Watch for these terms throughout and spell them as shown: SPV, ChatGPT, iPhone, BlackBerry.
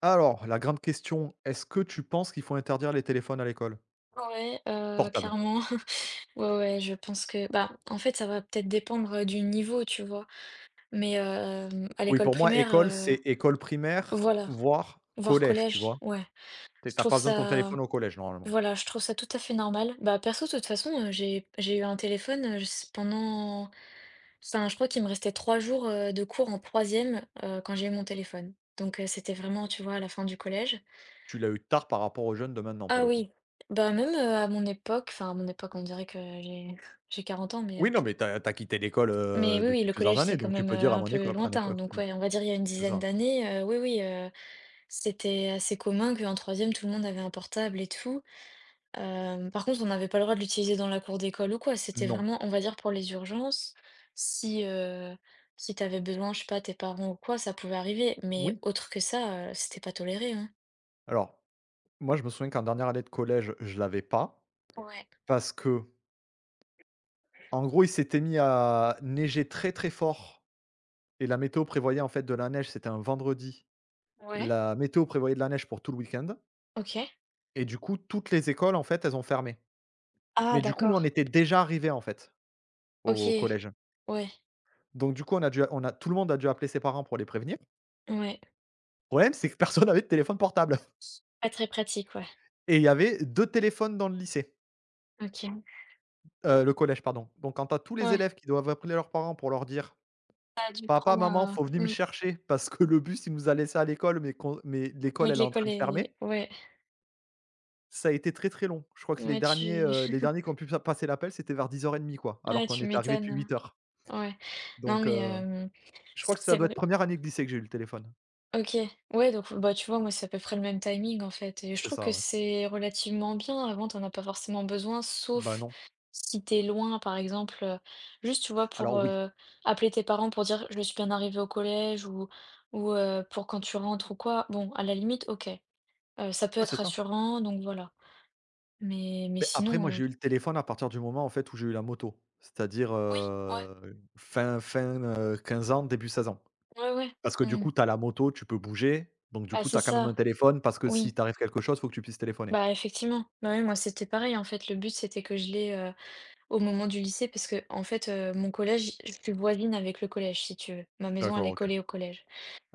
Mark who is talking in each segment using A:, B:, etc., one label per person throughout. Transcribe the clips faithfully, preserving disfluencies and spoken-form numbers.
A: Alors, la grande question, est-ce que tu penses qu'il faut interdire les téléphones à l'école?
B: Ouais, heu,
A: Portables.
B: clairement. Ouais, ouais, je pense que bah, en fait, ça va peut-être dépendre, heu, du niveau, tu vois? Mais, hem, à
A: Oui,
B: l'école
A: pour moi,
B: primaire,
A: école, c'est
B: heu,
A: école primaire,
B: voilà,
A: voire
B: voire
A: collège, tu
B: collège,
A: vois?
B: ouais.
A: Tu es
B: Je
A: pas
B: trouve
A: besoin de ton
B: ça
A: téléphone au collège, normalement.
B: voilà, je trouve ça tout à fait normal. Bah, perso, de toute façon, heu, j'ai j'ai eu un téléphone, heu, je s pendant enfin, je crois qu'il me restait trois jours, heu, de cours en troisième e quand j'ai eu mon téléphone. Donc, heu, c'était vraiment, tu vois, à la fin du collège.
A: Tu l'as eu tard par rapport aux jeunes de maintenant, pour
B: Ah
A: le coup.
B: oui, bah, même, heu, à mon époque, enfin à mon époque, on dirait que j'ai j'ai quarante ans, mais,
A: Oui,
B: heu
A: non, mais t'as as quitté l'école,
B: Mais
A: heu,
B: oui, oui,
A: depuis
B: le
A: plusieurs
B: collège, c'est
A: années,
B: quand
A: donc tu
B: même, heu,
A: peux dire à
B: un
A: mon éco
B: peu
A: à
B: lointain,
A: l'époque,
B: donc
A: ouais,
B: ouais, on va dire il y a une
A: c'est
B: dizaine
A: ça.
B: d'années, heu, oui, oui, heu, c'était assez commun qu'en troisième tout le monde avait un portable et tout. Hem, par contre, on n'avait pas le droit de l'utiliser dans la cour d'école ou quoi. C'était
A: Non.
B: vraiment, on va dire, pour les urgences. Si, heu, si t'avais besoin, je sais pas, tes parents ou quoi, ça pouvait arriver, mais
A: Oui.
B: autre que ça, heu, c'était pas toléré, hein.
A: Alors, moi, je me souviens qu'en dernière année de collège, je l'avais pas
B: Ouais,
A: parce que, en gros, il s'était mis à neiger très, très fort et la météo prévoyait, en fait, de la neige, c'était un vendredi.
B: ouais.
A: La météo prévoyait de la neige pour tout le week-end
B: OK.
A: et du coup, toutes les écoles, en fait, elles ont fermé.
B: Ah
A: Mais du coup, nous, on
B: d'accord.
A: était déjà arrivés, en fait,
B: OK,
A: au collège.
B: ouais,
A: Donc du coup, on a dû on a tout le monde a dû appeler ses parents pour les prévenir. Le
B: ouais.
A: problème, c'est que personne avait de téléphone portable
B: Pas très pratique, ouais.
A: et il y avait deux téléphones dans le lycée,
B: OK.
A: heu, le collège, pardon. Donc quand tu as tous les
B: Ouais.
A: élèves qui doivent appeler leurs parents pour leur dire:
B: Ça a dû
A: «Papa, maman,
B: prendre,
A: faut venir
B: heu
A: me
B: Mmh.
A: chercher parce que le bus, il nous a laissé à l'école, mais qu'on mais l'école,
B: Mais que
A: elle est en
B: l'école
A: train de
B: est
A: fermer»,
B: Ouais,
A: ça a été très, très long. Je crois que les
B: ouais,
A: derniers,
B: tu
A: heu, les derniers qui ont pu passer l'appel, c'était vers dix heures trente quoi, alors
B: ouais,
A: qu'on
B: tu
A: était arrivé depuis
B: m'étonnes,
A: huit heures.
B: ouais. Non,
A: Donc
B: mais
A: heu,
B: hem,
A: je
B: c'est
A: crois que ça
B: c'est
A: doit être
B: vrai.
A: première année de lycée que j'ai eu le téléphone.
B: OK. Ouais, donc bah, tu vois, moi, c'est à peu près le même timing, en fait et je
A: C'est
B: trouve
A: ça,
B: que
A: ouais.
B: c'est relativement bien. Avant, tu en as pas forcément besoin,
A: Bah,
B: sauf
A: non.
B: si t'es loin, par exemple, heu, juste, tu vois, pour,
A: Alors oui.
B: heu, appeler tes parents pour dire: «Je suis bien arrivée au collège» ou ou heu, pour quand tu rentres ou quoi. Bon, à la limite, OK, heu, ça peut
A: Ouais,
B: être
A: c'est ça.
B: rassurant, donc voilà. Mais mais
A: Mais après moi,
B: sinon, heu,
A: j'ai eu le téléphone à partir du moment, en fait, où j'ai eu la moto. C'est-à-dire,
B: oui, ouais,
A: heu, fin fin, heu, quinze ans, début seize ans.
B: ouais, ouais.
A: Parce que du
B: Mmh.
A: coup, tu as la moto, tu peux bouger, donc du
B: Bah,
A: coup,
B: c'est
A: tu as quand même un
B: ça,
A: téléphone parce que si
B: oui.
A: t'arrive quelque chose, faut que tu puisses téléphoner.
B: Bah, effectivement. Bah, oui, moi, c'était pareil, en fait. Le but, c'était que je l'ai euh, au moment du lycée, parce que, en fait, euh, mon collège, je suis voisine avec le collège, si tu veux. Ma maison, elle
A: D'accord,
B: est
A: OK.
B: collée au collège.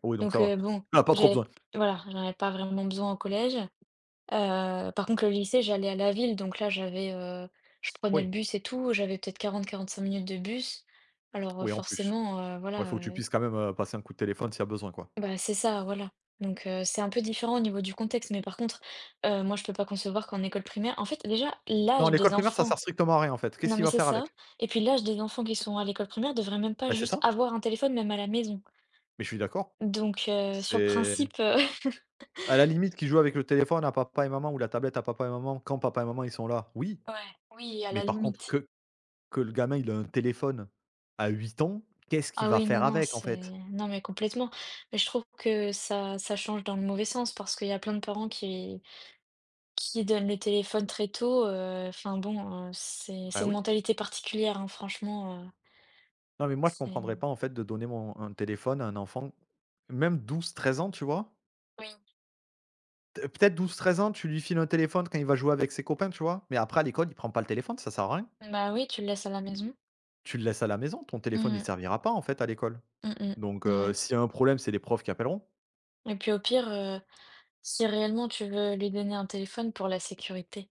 A: Oui, donc
B: Donc,
A: ça
B: euh,
A: va.
B: bon,
A: Tu pas trop
B: j'avais,
A: besoin.
B: voilà, j'en avais pas vraiment besoin au collège. Euh, par contre, le lycée, j'allais à la ville, donc là, j'avais, euh, je prenais le
A: Oui,
B: bus et tout. J'avais peut-être quarante à quarante-cinq minutes de bus. Alors, euh,
A: oui, en plus.
B: forcément, euh,
A: Il
B: voilà.
A: faut que tu puisses quand même, heu, passer un coup de téléphone s'il y a besoin, quoi.
B: Bah, c'est ça, voilà. Donc, heu, c'est un peu différent au niveau du contexte, mais par contre, heu, moi je peux pas concevoir qu'en école primaire en fait déjà
A: Non,
B: l'âge des
A: l'école primaire, ça sert
B: enfants.
A: strictement à rien, en fait. Qu'est-ce
B: Non
A: qu'il
B: mais
A: va
B: c'est
A: faire
B: ça.
A: avec?
B: Et puis l'âge des enfants qui sont à l'école primaire devrait même pas
A: Bah, c'est
B: juste
A: ça,
B: avoir un téléphone même à la maison.
A: mais je suis d'accord.
B: Donc, heu, sur le
A: C'est
B: principe, heu,
A: à la limite qu'il joue avec le téléphone à papa et maman ou la tablette à papa et maman quand papa et maman ils sont là, oui,
B: ouais, oui, à
A: mais
B: la
A: par contre
B: limite.
A: que que le gamin il a un téléphone à huit ans, qu'est-ce qu'il
B: Ah
A: va
B: oui, non,
A: faire
B: non,
A: avec, en
B: c'est
A: fait?
B: non mais complètement. Mais je trouve que ça ça change dans le mauvais sens parce qu'il y a plein de parents qui qui donnent le téléphone très tôt, heu, enfin bon, heu, c'est c'est
A: Bah,
B: une
A: oui.
B: mentalité particulière, hein, franchement, heu
A: Non, mais moi je comprendrais
B: C'est
A: pas, en fait, de donner mon un téléphone à un enfant, même douze treize ans, tu vois?
B: Oui,
A: T Peut-être douze treize ans, tu lui files un téléphone quand il va jouer avec ses copains, tu vois? Mais après à l'école, il prend pas le téléphone, ça sert à rien.
B: bah, oui, tu le laisses à la maison.
A: Tu le laisses à la maison, ton téléphone il
B: Mmh.
A: servira pas, en fait, à l'école.
B: Mmh mh.
A: Donc heu,
B: Ouais
A: s'il y a un problème, c'est les profs qui appelleront.
B: et puis au pire, heu, si réellement tu veux lui donner un téléphone pour la sécurité,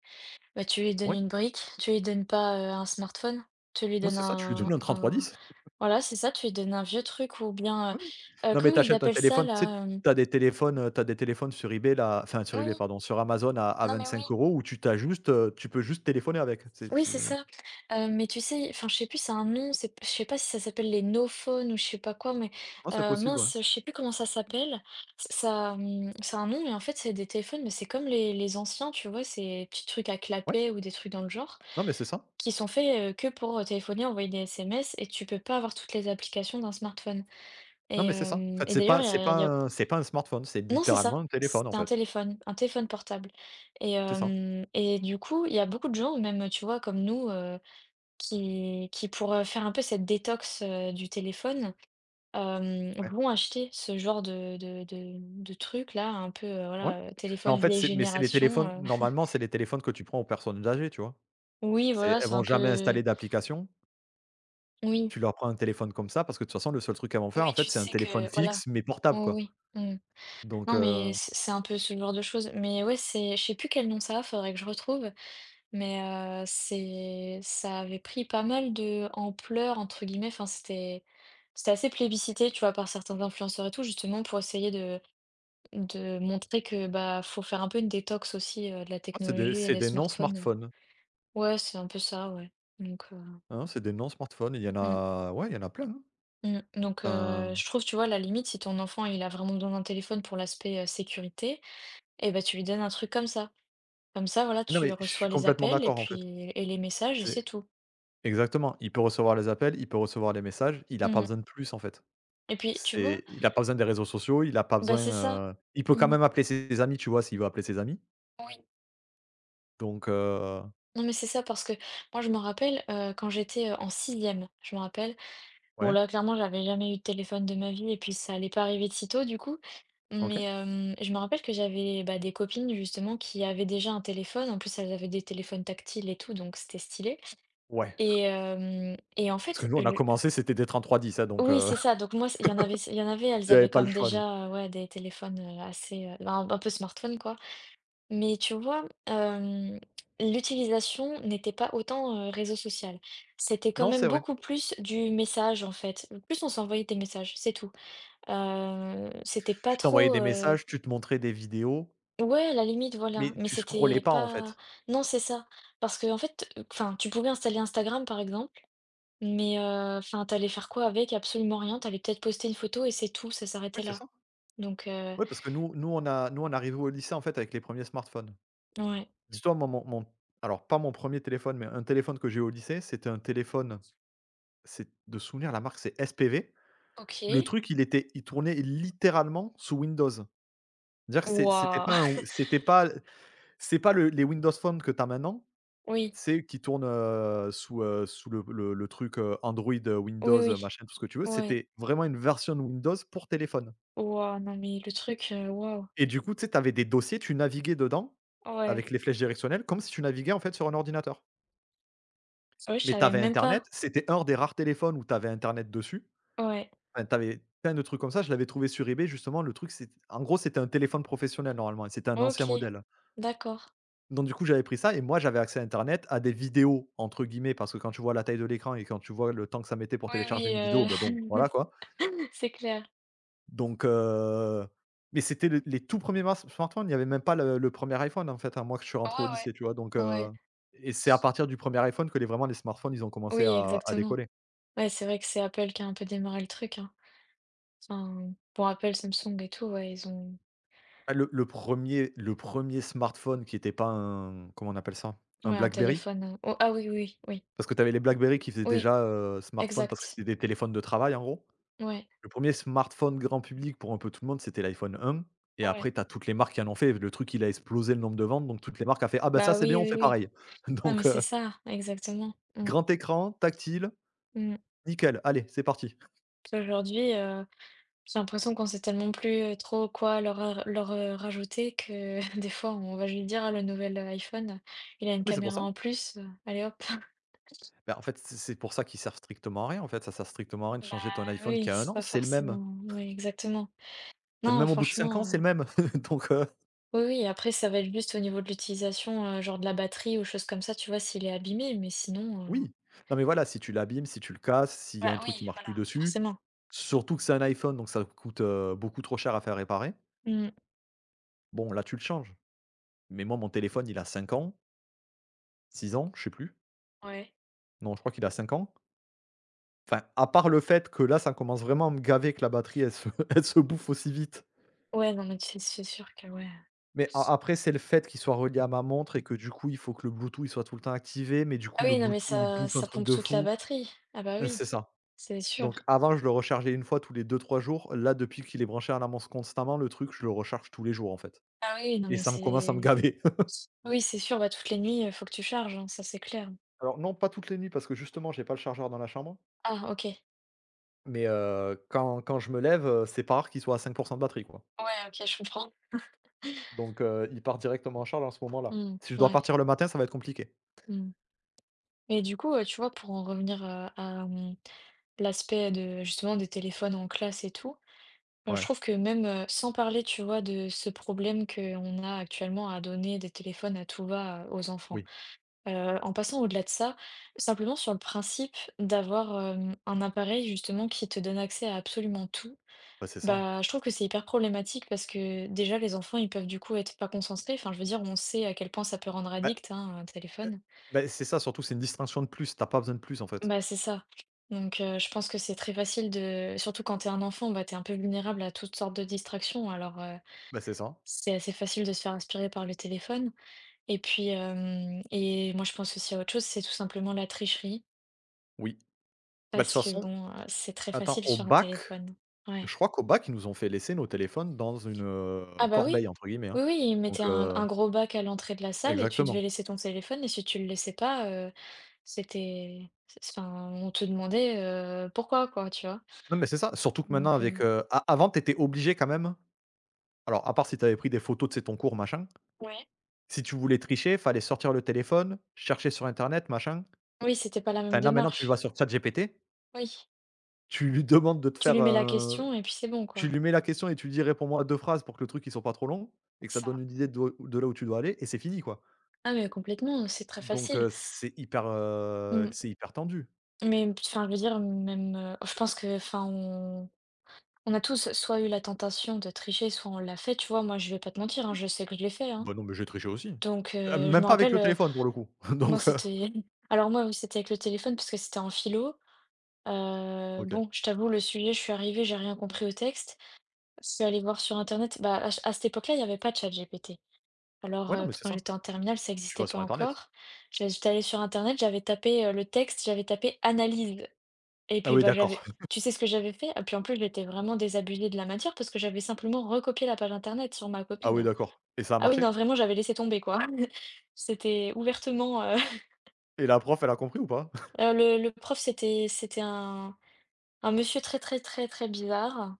B: bah, tu lui donnes
A: Oui.
B: une brique, tu lui donnes pas, heu, un smartphone, tu lui
A: Moi,
B: donnes
A: c'est ça, tu lui
B: un
A: donnes un
B: un
A: trente-trois dix.
B: voilà, c'est ça, tu lui donnes un vieux truc ou bien,
A: Ouais, ouais.
B: heu heu,
A: Non, mais
B: comment ils
A: t'achètes un
B: appellent ça
A: téléphone, tu sais,
B: là, hem?
A: tu des téléphones, heu, tu des téléphones sur eBay là enfin sur eBay
B: Oui,
A: pardon, sur Amazon à
B: non
A: à
B: mais oui.
A: cinq euros où tu t'as juste, heu, tu peux juste téléphoner avec. C'est
B: Oui, c'est
A: c'est
B: ça. Heu, mais tu sais, enfin, je sais plus, c'est un nom, c'est je sais pas si ça s'appelle les no-phones ou je sais pas quoi, mais
A: Non, c'est
B: heu,
A: possible, ouais.
B: mince, je sais plus comment ça s'appelle. Ç Ça, mmh, ça un nom, mais en fait, c'est des téléphones, mais c'est comme les les anciens, tu vois? Ces petits trucs à
A: Ouais,
B: clapet ou des trucs dans le genre,
A: non, mais c'est ça.
B: qui sont faits, heu, que pour, heu, téléphoner, envoyer des S M S et tu peux pas avoir toutes les applications d'un smartphone
A: Non,
B: et
A: mais c'est ça. En
B: hem
A: fait,
B: et
A: c'est
B: d'ailleurs,
A: pas
B: il y
A: c'est
B: a il y a
A: pas un c'est pas un smartphone, c'est
B: non, c'est
A: littéralement
B: ça,
A: un téléphone,
B: c'est
A: en
B: un
A: fait.
B: téléphone, un téléphone portable et
A: C'est ça.
B: hem et du coup, il y a beaucoup de gens, même, tu vois, comme nous, qui qui pour, heu, faire un peu cette détox, heu, du téléphone, hem,
A: Ouais,
B: vont acheter ce genre de de de de trucs-là, un peu, heu,
A: ouais.
B: voilà, heu,
A: Mais en
B: téléphone
A: fait,
B: vieille
A: c'est mais c'est les
B: génération,
A: téléphones
B: heu.
A: normalement, c'est les téléphones que tu prends aux personnes âgées, tu vois?
B: Oui,
A: C'est
B: voilà,
A: Elles
B: c'est
A: vont
B: un
A: jamais
B: peu
A: installer d'application.
B: oui,
A: Tu leur prends un téléphone comme ça parce que de toute façon, le seul truc qu'elles vont faire, en
B: oui,
A: fait,
B: tu
A: c'est un
B: sais
A: téléphone
B: que voilà.
A: fixe mais portable, quoi.
B: Oui, oui, mmh.
A: Donc
B: Non,
A: heu,
B: mais
A: ouais,
B: c'est c'est un peu ce genre de choses, mais ouais, c'est je sais plus quel nom ça a, faudrait que je retrouve, mais heu, c'est ça avait pris pas mal de «ampleur» entre guillemets, enfin, c'était c'était assez plébiscité, tu vois, par certains influenceurs et tout, justement pour essayer de De montrer que, bah, faut faire un peu une détox aussi, heu, de la
A: c'est des
B: technologie et
A: c'est
B: des
A: des
B: smartphones.
A: non-smartphones,
B: Ouais, c'est un peu ça, ouais. Donc, heu,
A: hein, c'est des non-smartphones. Il y en
B: mmh,
A: a ouais, il y en a plein, hein.
B: mmh, donc, heu,
A: Enfin,
B: je trouve, tu vois, la limite, si ton enfant, il a vraiment besoin d'un téléphone pour l'aspect, heu, sécurité et bah, tu lui donnes un truc comme ça. Comme ça, voilà,
A: non,
B: tu
A: mais je suis
B: reçois les
A: complètement
B: appels et
A: d'accord, en fait.
B: puis et les messages et c'est
A: C'est
B: tout.
A: exactement, il peut recevoir les appels, il peut recevoir les messages, il a pas
B: Mmh
A: besoin de plus, en fait.
B: et puis, tu vois?
A: C'est Il a pas besoin des réseaux sociaux, il a pas
B: Bah,
A: besoin,
B: c'est ça.
A: heu, il peut quand
B: Mmh,
A: même appeler ses amis, tu vois, s'il veut appeler ses amis.
B: oui.
A: Donc heu,
B: Non, mais c'est ça parce que moi, je me rappelle, heu, quand j'étais, heu, en sixième je me rappelle. Bon
A: ouais,
B: là, clairement, j'avais jamais eu de téléphone de ma vie et puis ça allait pas arriver de sitôt du coup. Mais
A: OK.
B: hem, je me rappelle que j'avais, bah, des copines justement qui avaient déjà un téléphone. En plus, elles avaient des téléphones tactiles et tout, donc c'était stylé.
A: Ouais,
B: Et hem et en
A: parce que
B: fait,
A: nous, on a
B: je
A: commencé, c'était des trente-trois dix, hein, donc
B: oui,
A: heu,
B: c'est ça. Donc moi, c il y en avait il y en avait, elles
A: il y avait
B: avaient quand
A: pas le
B: même
A: choix, nous.
B: déjà, heu, ouais, des téléphones, heu, assez, heu, ben, un peu smartphone quoi. Mais tu vois, hem, l'utilisation n'était pas autant, heu, réseau social. C'était quand
A: Non,
B: même
A: c'est vrai.
B: beaucoup plus du message en fait. Plus on s'envoyait des messages, c'est tout. Heu, c'était pas
A: Tu t'envoyais
B: trop,
A: des
B: heu
A: messages, tu te montrais des vidéos,
B: ouais, à la limite, voilà,
A: mais
B: mais
A: tu scrollais
B: c'était
A: pas, en
B: pas
A: fait.
B: non, c'est ça, parce que en fait, euh, enfin, tu pouvais installer Instagram, par exemple, mais heu, enfin, t'allais faire quoi avec? Absolument rien. T'allais peut-être poster une photo et c'est tout, ça s'arrêtait
A: Oui, c'est
B: là,
A: ça.
B: donc heu,
A: Oui, parce que nous nous on a nous on arrivait au lycée, en fait, avec les premiers smartphones.
B: ouais.
A: Dis-toi moi mon mon alors pas mon premier téléphone, mais un téléphone que j'ai eu au lycée, c'était un téléphone, c'est de souvenir la marque c'est S P V. Le
B: OK.
A: truc il était il tournait littéralement sous Windows. C'est-à-dire que c'est c'était
B: Waouh!
A: pas un c'était pas c'est pas le les Windows Phone que tu as maintenant,
B: Oui,
A: c'est qui tourne, heu, sous, heu, sous le le le truc, heu, Android, heu,
B: oui,
A: Windows, heu,
B: oui,
A: machin, tout ce que tu veux.
B: ouais.
A: C'était vraiment une version de Windows pour téléphone
B: Waouh, non, mais le truc, heu, waouh!
A: et du coup, tu sais, t'avais des dossiers, tu naviguais dedans
B: Ouais.
A: avec les flèches directionnelles comme si tu naviguais, en fait, sur un ordinateur.
B: Ah ouais, je
A: Mais
B: savais
A: t'avais
B: même
A: internet,
B: pas.
A: c'était un des rares téléphones où t'avais internet dessus.
B: Ouais.
A: Enfin, tu plein de trucs comme ça. Je l'avais trouvé sur eBay justement, le truc c'est en gros, c'était un téléphone professionnel normalement et c'était un ancien
B: OK.
A: modèle.
B: D'accord.
A: Donc du coup, j'avais pris ça et moi, j'avais accès à internet, à des «vidéos» entre guillemets, parce que quand tu vois la taille de l'écran et quand tu vois le temps que ça mettait pour
B: Oui,
A: télécharger
B: oui,
A: une vidéo,
B: heu,
A: bah, bon, voilà quoi.
B: c'est clair.
A: Donc heu, mais c'était les les tout premiers mars smartphones, il y avait même pas le le premier iPhone en fait, hein, moi que je suis
B: Ouais,
A: rentré au
B: ouais.
A: lycée, tu vois? Donc
B: Ouais.
A: heu et c'est à partir du premier iPhone que les vraiment les smartphones, ils ont commencé
B: Oui,
A: à à
B: exactement.
A: décoller.
B: Ouais, c'est vrai que c'est Apple qui a un peu démarré le truc, hein. Enfin, bon, Apple, Samsung et tout, ouais, ils ont
A: Ah le le premier le premier smartphone qui était pas un comment on appelle ça? Un
B: ouais, un
A: BlackBerry?
B: téléphone. Euh, oh, ah oui, oui, oui,
A: Parce que tu avais les BlackBerry qui faisaient
B: oui,
A: déjà, heu, smartphone parce que
B: exact.
A: c'était des téléphones de travail en gros.
B: Ouais,
A: Le premier smartphone grand public pour un peu tout le monde, c'était l'iPhone un. Et
B: ouais.
A: après tu as toutes les marques qui en ont fait. Le truc, il a explosé le nombre de ventes, donc toutes les marques a fait: «Ah bah ça,
B: Bah
A: c'est bien,
B: oui,
A: on
B: oui,
A: fait
B: oui.
A: pareil».
B: Non, mais
A: Donc
B: c'est
A: heu,
B: ça, exactement. Mm,
A: Grand écran, tactile,
B: mm.
A: nickel, allez, c'est parti.
B: Puis aujourd'hui, euh, j'ai l'impression qu'on sait tellement plus euh, trop quoi leur, a- leur euh, rajouter que des fois, on va juste dire, ah, le nouvel euh, iPhone, il a une
A: Mais c'est pour
B: caméra
A: ça.
B: en plus, euh, allez hop.
A: Bah, en fait, c'est c'est pour ça qu'ils servent strictement à rien, en fait. Ça sert strictement à rien de
B: Bah
A: changer ton iPhone qui
B: oui,
A: a un
B: c'est
A: an,
B: pas
A: c'est le même.
B: forcément. Oui, exactement. Non,
A: Même au bout de cinq ans, c'est
B: franchement.
A: le même. Donc heu,
B: Oui, oui, après, ça va être juste au niveau de l'utilisation, heu, genre de la batterie ou choses comme ça, tu vois, s'il est abîmé, mais sinon, heu
A: oui. Non, mais voilà, si tu l'abîmes, si tu le casses, s'il y a
B: bah,
A: un truc qui
B: oui,
A: marche
B: voilà,
A: plus dessus,
B: forcément.
A: surtout que c'est un iPhone, donc ça coûte, heu, beaucoup trop cher à faire réparer.
B: Mmh.
A: Bon, là, tu le changes. Mais moi, mon téléphone, il a cinq ans, six ans, je sais plus.
B: Ouais.
A: Non, je crois qu'il a cinq ans. Enfin, à part le fait que là, ça commence vraiment à me gaver que la batterie, elle se, elle se bouffe aussi vite.
B: Ouais, non, mais c'est c'est sûr que ouais.
A: Mais a- après, c'est le fait qu'il soit relié à ma montre et que du coup, il faut que le Bluetooth il soit tout le temps activé. Mais du
B: Ah
A: coup, le
B: oui, non, mais
A: Bluetooth, il
B: ça
A: bouffe un
B: ça
A: truc
B: pompe
A: de
B: toute la
A: fou.
B: batterie. Ah bah,
A: Euh,
B: oui,
A: C'est ça.
B: c'est sûr.
A: Donc avant, je le rechargeais une fois tous les deux, trois jours. Là, depuis qu'il est branché à la montre constamment, le truc, je le recharge tous les jours en fait.
B: Ah oui, non,
A: Et
B: mais
A: ça me commence à me
B: c'est
A: gaver.
B: oui, c'est sûr, bah, toutes les nuits, heu, faut que tu charges, hein, ça, c'est clair.
A: Alors non, pas toutes les nuits parce que justement, j'ai pas le chargeur dans la chambre.
B: Ah OK.
A: Mais heu, quand quand je me lève, heu, c'est pas rare qu'il soit à cinq pour cent de batterie, quoi.
B: Ouais, OK, je comprends.
A: Donc heu, il part directement en charge à ce moment-là.
B: Mmh,
A: Si je dois
B: ouais,
A: partir le matin, ça va être compliqué.
B: mmh et du coup, heu, tu vois, pour en revenir, heu, à, mmh, l'aspect de justement des téléphones en classe et tout. Heu, je
A: Ouais.
B: trouve que même, heu, sans parler, tu vois, de ce problème qu'on a actuellement à donner des téléphones à tout va, heu, aux enfants.
A: Oui,
B: Heu, en passant au-delà de ça, simplement sur le principe d'avoir, hem, un appareil justement qui te donne accès à absolument tout,
A: bah, c'est ça.
B: bah, je trouve que c'est hyper problématique parce que déjà les enfants, ils peuvent du coup être pas concentrés. Enfin, je veux dire, on sait à quel point ça peut rendre
A: Bah,
B: addict, hein, un
A: heu,
B: téléphone.
A: bah, c'est ça surtout, c'est une distraction de plus. T'as pas besoin de plus, en fait.
B: Bah, c'est ça. Donc, heu, je pense que c'est très facile de surtout quand t'es un enfant, bah, t'es un peu vulnérable à toutes sortes de distractions alors,
A: Bah, c'est ça,
B: c'est assez facile de se faire inspirer par le téléphone et puis, hem et moi je pense aussi à autre chose, c'est tout simplement la tricherie
A: oui. Bah, de toute
B: parce que
A: façon,
B: bon, heu, c'est très
A: attends,
B: facile
A: au
B: sur un
A: bac,
B: téléphone. Ouais.
A: je crois qu'au bac, ils nous ont fait laisser nos téléphones dans une, heu,
B: Ah bah oui.
A: «corbeille» entre guillemets, hein.
B: Oui, oui, ils mettaient
A: Donc
B: un
A: heu
B: un gros bac à l'entrée de la salle et tu devais
A: Exactement.
B: laisser ton téléphone et si tu le laissais pas, heu, c'était c enfin, on te demandait, heu, pourquoi quoi, tu vois?
A: Non, mais c'est ça, surtout que maintenant
B: Donc, heu
A: avec, heu, a avant, t'étais obligé quand même alors à part si t'avais pris des photos, de ton cours machin,
B: ouais.
A: si tu voulais tricher, fallait sortir le téléphone, chercher sur internet, machin.
B: Oui, c'était pas la même
A: Enfin, là, maintenant, tu vas
B: démarche.
A: sur ChatGPT,
B: Oui.
A: tu lui demandes de te
B: Tu lui
A: faire,
B: mets la
A: un,
B: question et puis c'est bon
A: tu
B: quoi.
A: lui mets la question et tu lui dis: «Réponds-moi à deux phrases pour que le truc il soit pas trop long» et que ça te donne
B: Ça.
A: une idée de de là où tu dois aller et c'est fini, quoi.
B: Ah mais complètement, c'est très
A: Donc
B: facile.
A: heu, c'est hyper, heu,
B: Mmh.
A: c'est hyper tendu.
B: Mais enfin, je veux dire, même, heu, je pense que, enfin, on on a tous soit eu la tentation de tricher, soit on l'a fait, tu vois? Moi, je vais pas te mentir, hein, je sais que je l'ai fait, hein.
A: Bah, non, mais j'ai triché aussi.
B: Donc
A: Heu,
B: heu, je me
A: même pas avec
B: rappelle,
A: le
B: heu,
A: téléphone pour le coup,
B: moi,
A: donc heu,
B: c'était alors moi, oui, c'était avec le téléphone parce que c'était en philo. Heu,
A: OK.
B: bon, je t'avoue, le sujet, je suis arrivée, j'ai rien compris au texte. Je suis allée voir sur internet. Bah, à ch à cette époque-là, il y avait pas ChatGPT. Alors
A: Ouais, non,
B: heu,
A: mais
B: parce que
A: c'est
B: quand
A: ça.
B: j'étais en terminale, ça
A: Tu
B: n'existait
A: vas
B: pas
A: sur internet.
B: encore. J'é j'étais allée sur internet, j'avais tapé, heu, le texte, j'avais tapé «analyse». Et
A: Ah
B: puis,
A: oui,
B: bah,
A: d'accord.
B: j'avais tu sais ce que j'avais fait? Ah, puis en plus, j'étais vraiment désabusée de la matière parce que j'avais simplement recopié la page internet sur ma
A: Ah
B: copie,
A: oui,
B: hein.
A: d'accord et ça a
B: Ah oui,
A: marché?
B: non, vraiment, j'avais laissé tomber, quoi. C'était ouvertement, heu,
A: Et la prof, elle a compris ou pas?
B: heu, le le prof, c'était c'était un un monsieur très, très, très, très bizarre.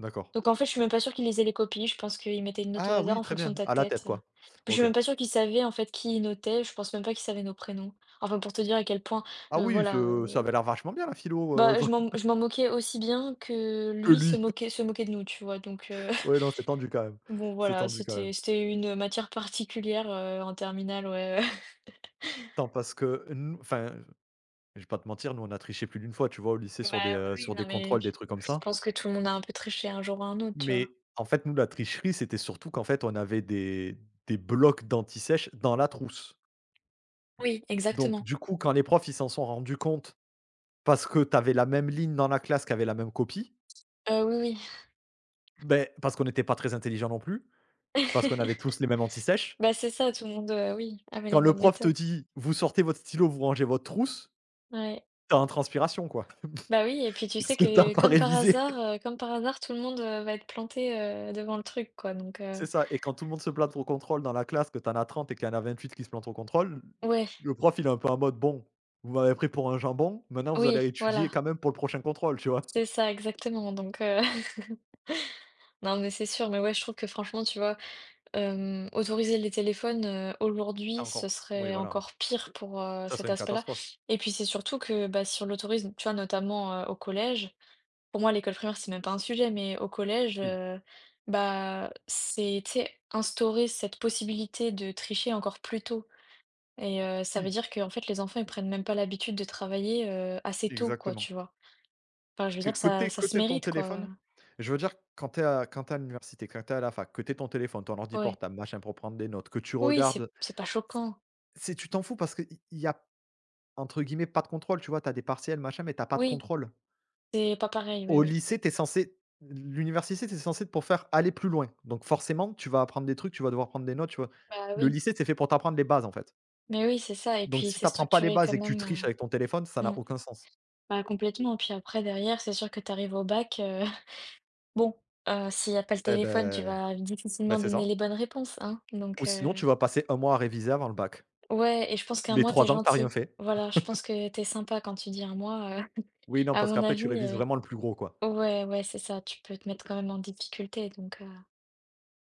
A: D'accord.
B: Donc en fait, je suis même pas sûre qu'il lisait les copies. Je pense qu'il mettait une note au
A: Ah
B: hasard
A: oui,
B: en
A: très
B: fonction de
A: bien,
B: ta
A: à la
B: tête.
A: tête, quoi.
B: Puis je suis
A: OK.
B: même pas sûre qu'il savait, en fait, qui il notait. Je pense même pas qu'il savait nos prénoms. Enfin, pour te dire à quel point,
A: Ah
B: heu,
A: oui,
B: voilà,
A: ce
B: euh,
A: ça avait l'air vachement bien la philo, heu,
B: bah, je m'en je m'en moquais aussi bien que
A: que
B: lui se
A: lui.
B: moquait se moquait de nous, tu vois? Donc heu,
A: Ouais, non, c'est tendu quand même.
B: bon
A: C'est
B: voilà,
A: tendu quand même.
B: c'était c'était une matière particulière, heu, en terminale, ouais.
A: Tant parce que nous enfin, je vais pas te mentir, nous, on a triché plus d'une fois, tu vois, au lycée
B: Bah,
A: sur des,
B: oui,
A: heu,
B: oui,
A: sur
B: non
A: des
B: mais
A: contrôles, des
B: j
A: trucs comme
B: je
A: ça.
B: pense que tout le monde a un peu triché un jour ou un autre, tu vois?
A: Mais en fait, nous, la tricherie, c'était surtout qu'en fait, on avait des des blocs d'anti-sèche dans la trousse.
B: Oui,
A: Donc
B: exactement.
A: du coup, quand les profs, ils s'en sont rendus compte parce que tu avais la même ligne dans la classe qui avait la même copie,
B: Heu, oui,
A: ben parce qu'on n'était pas très intelligents non plus,
B: oui.
A: parce qu'on avait tous les mêmes antisèches
B: Bah, c'est ça, tout le monde, heu, oui, avait les
A: quand le
B: mêmes
A: prof te
B: méthodes.
A: dit: «Vous sortez votre stylo, vous rangez votre trousse»,
B: Ouais.
A: tu as un transpiration, quoi,
B: Bah, oui et puis tu sais
A: parce que tu as
B: que
A: pas
B: comme par
A: révisé.
B: hasard, heu, comme par hasard, tout le monde, heu, va être planté, heu, devant le truc quoi donc heu,
A: C'est ça et quand tout le monde se plante au contrôle dans la classe, que tu en as trente et qu'il y en a vingt-huit qui se plantent au contrôle,
B: ouais,
A: le prof, il est un peu en mode: «Bon, vous m'avez pris pour un jambon, maintenant vous allez
B: oui,
A: étudier
B: voilà,
A: quand même pour le prochain contrôle», tu vois?
B: c'est ça exactement donc heu Non, mais c'est sûr, mais ouais, je trouve que franchement, tu vois, hem, autoriser les téléphones, heu,
A: Tu as
B: aujourd'hui, ce
A: encore oui,
B: serait
A: voilà,
B: encore pire pour, heu,
A: ça serait
B: cet
A: une
B: aspect-là
A: catastrophe.
B: et puis, c'est surtout que, bah, si on l'autorise, tu vois, notamment, heu, au collège, pour moi, l'école primaire, c'est même pas un sujet, mais au collège,
A: Oui,
B: heu, bah, c'est, tu sais, instaurer cette possibilité de tricher encore plus tôt et heu, ça veut
A: oui,
B: dire que en fait, les enfants, ils prennent même pas l'habitude de travailler, heu, assez tôt, quoi,
A: exactement.
B: tu vois? Enfin, je veux
A: Que
B: dire,
A: que tu
B: ça
A: aies
B: ça
A: que
B: se
A: tu aies ton
B: mérite, quoi,
A: téléphone je veux dire quand tu es à quand tu es à l'université, quand tu es à la fac, que tu aies ton téléphone, ton ordi
B: ouais.
A: portable, machin, pour prendre des notes, que tu
B: Oui, c'est
A: regardes.
B: c'est pas choquant.
A: C'est Tu t'en fous parce qu'il y a entre guillemets «pas de contrôle», tu vois? T'as des partiels machin, mais t'as pas de
B: Oui.
A: contrôle.
B: C'est pas pareil, oui,
A: Au
B: oui.
A: lycée, t'es censé l'université, c'est censé pour faire aller plus loin. Donc forcément, tu vas apprendre des trucs, tu vas devoir prendre des notes, tu vois?
B: Bah
A: Le
B: oui,
A: lycée, c'est fait pour t'apprendre les bases, en fait.
B: mais oui, c'est ça et
A: Donc
B: puis
A: si
B: c'est
A: t'apprends pas les
B: structuré quand
A: bases et que tu
B: même,
A: triches avec
B: heu,
A: ton téléphone, ça
B: mmh,
A: n'a aucun sens.
B: bah, complètement. Puis après derrière, c'est sûr que tu arrives au bac, heu, bon, heu, s'il n'y a pas le
A: Eh
B: téléphone, tu
A: ben,
B: vas
A: ben
B: difficilement
A: c'est
B: donner
A: ça.
B: les bonnes réponses, hein,
A: Ou
B: donc
A: sinon,
B: heu,
A: tu vas passer un mois à réviser avant le bac.
B: ouais et je pense qu'un
A: Les
B: mois, t'es
A: trois ans que t'as rien
B: gentil.
A: fait.
B: Voilà, je pense que t'es sympa quand tu dis un mois, heu,
A: Oui, non,
B: à
A: parce
B: mon
A: qu'après
B: avis,
A: tu révises
B: heu
A: vraiment le plus gros, quoi.
B: ouais, ouais, c'est ça, tu peux te mettre quand même en difficulté donc heu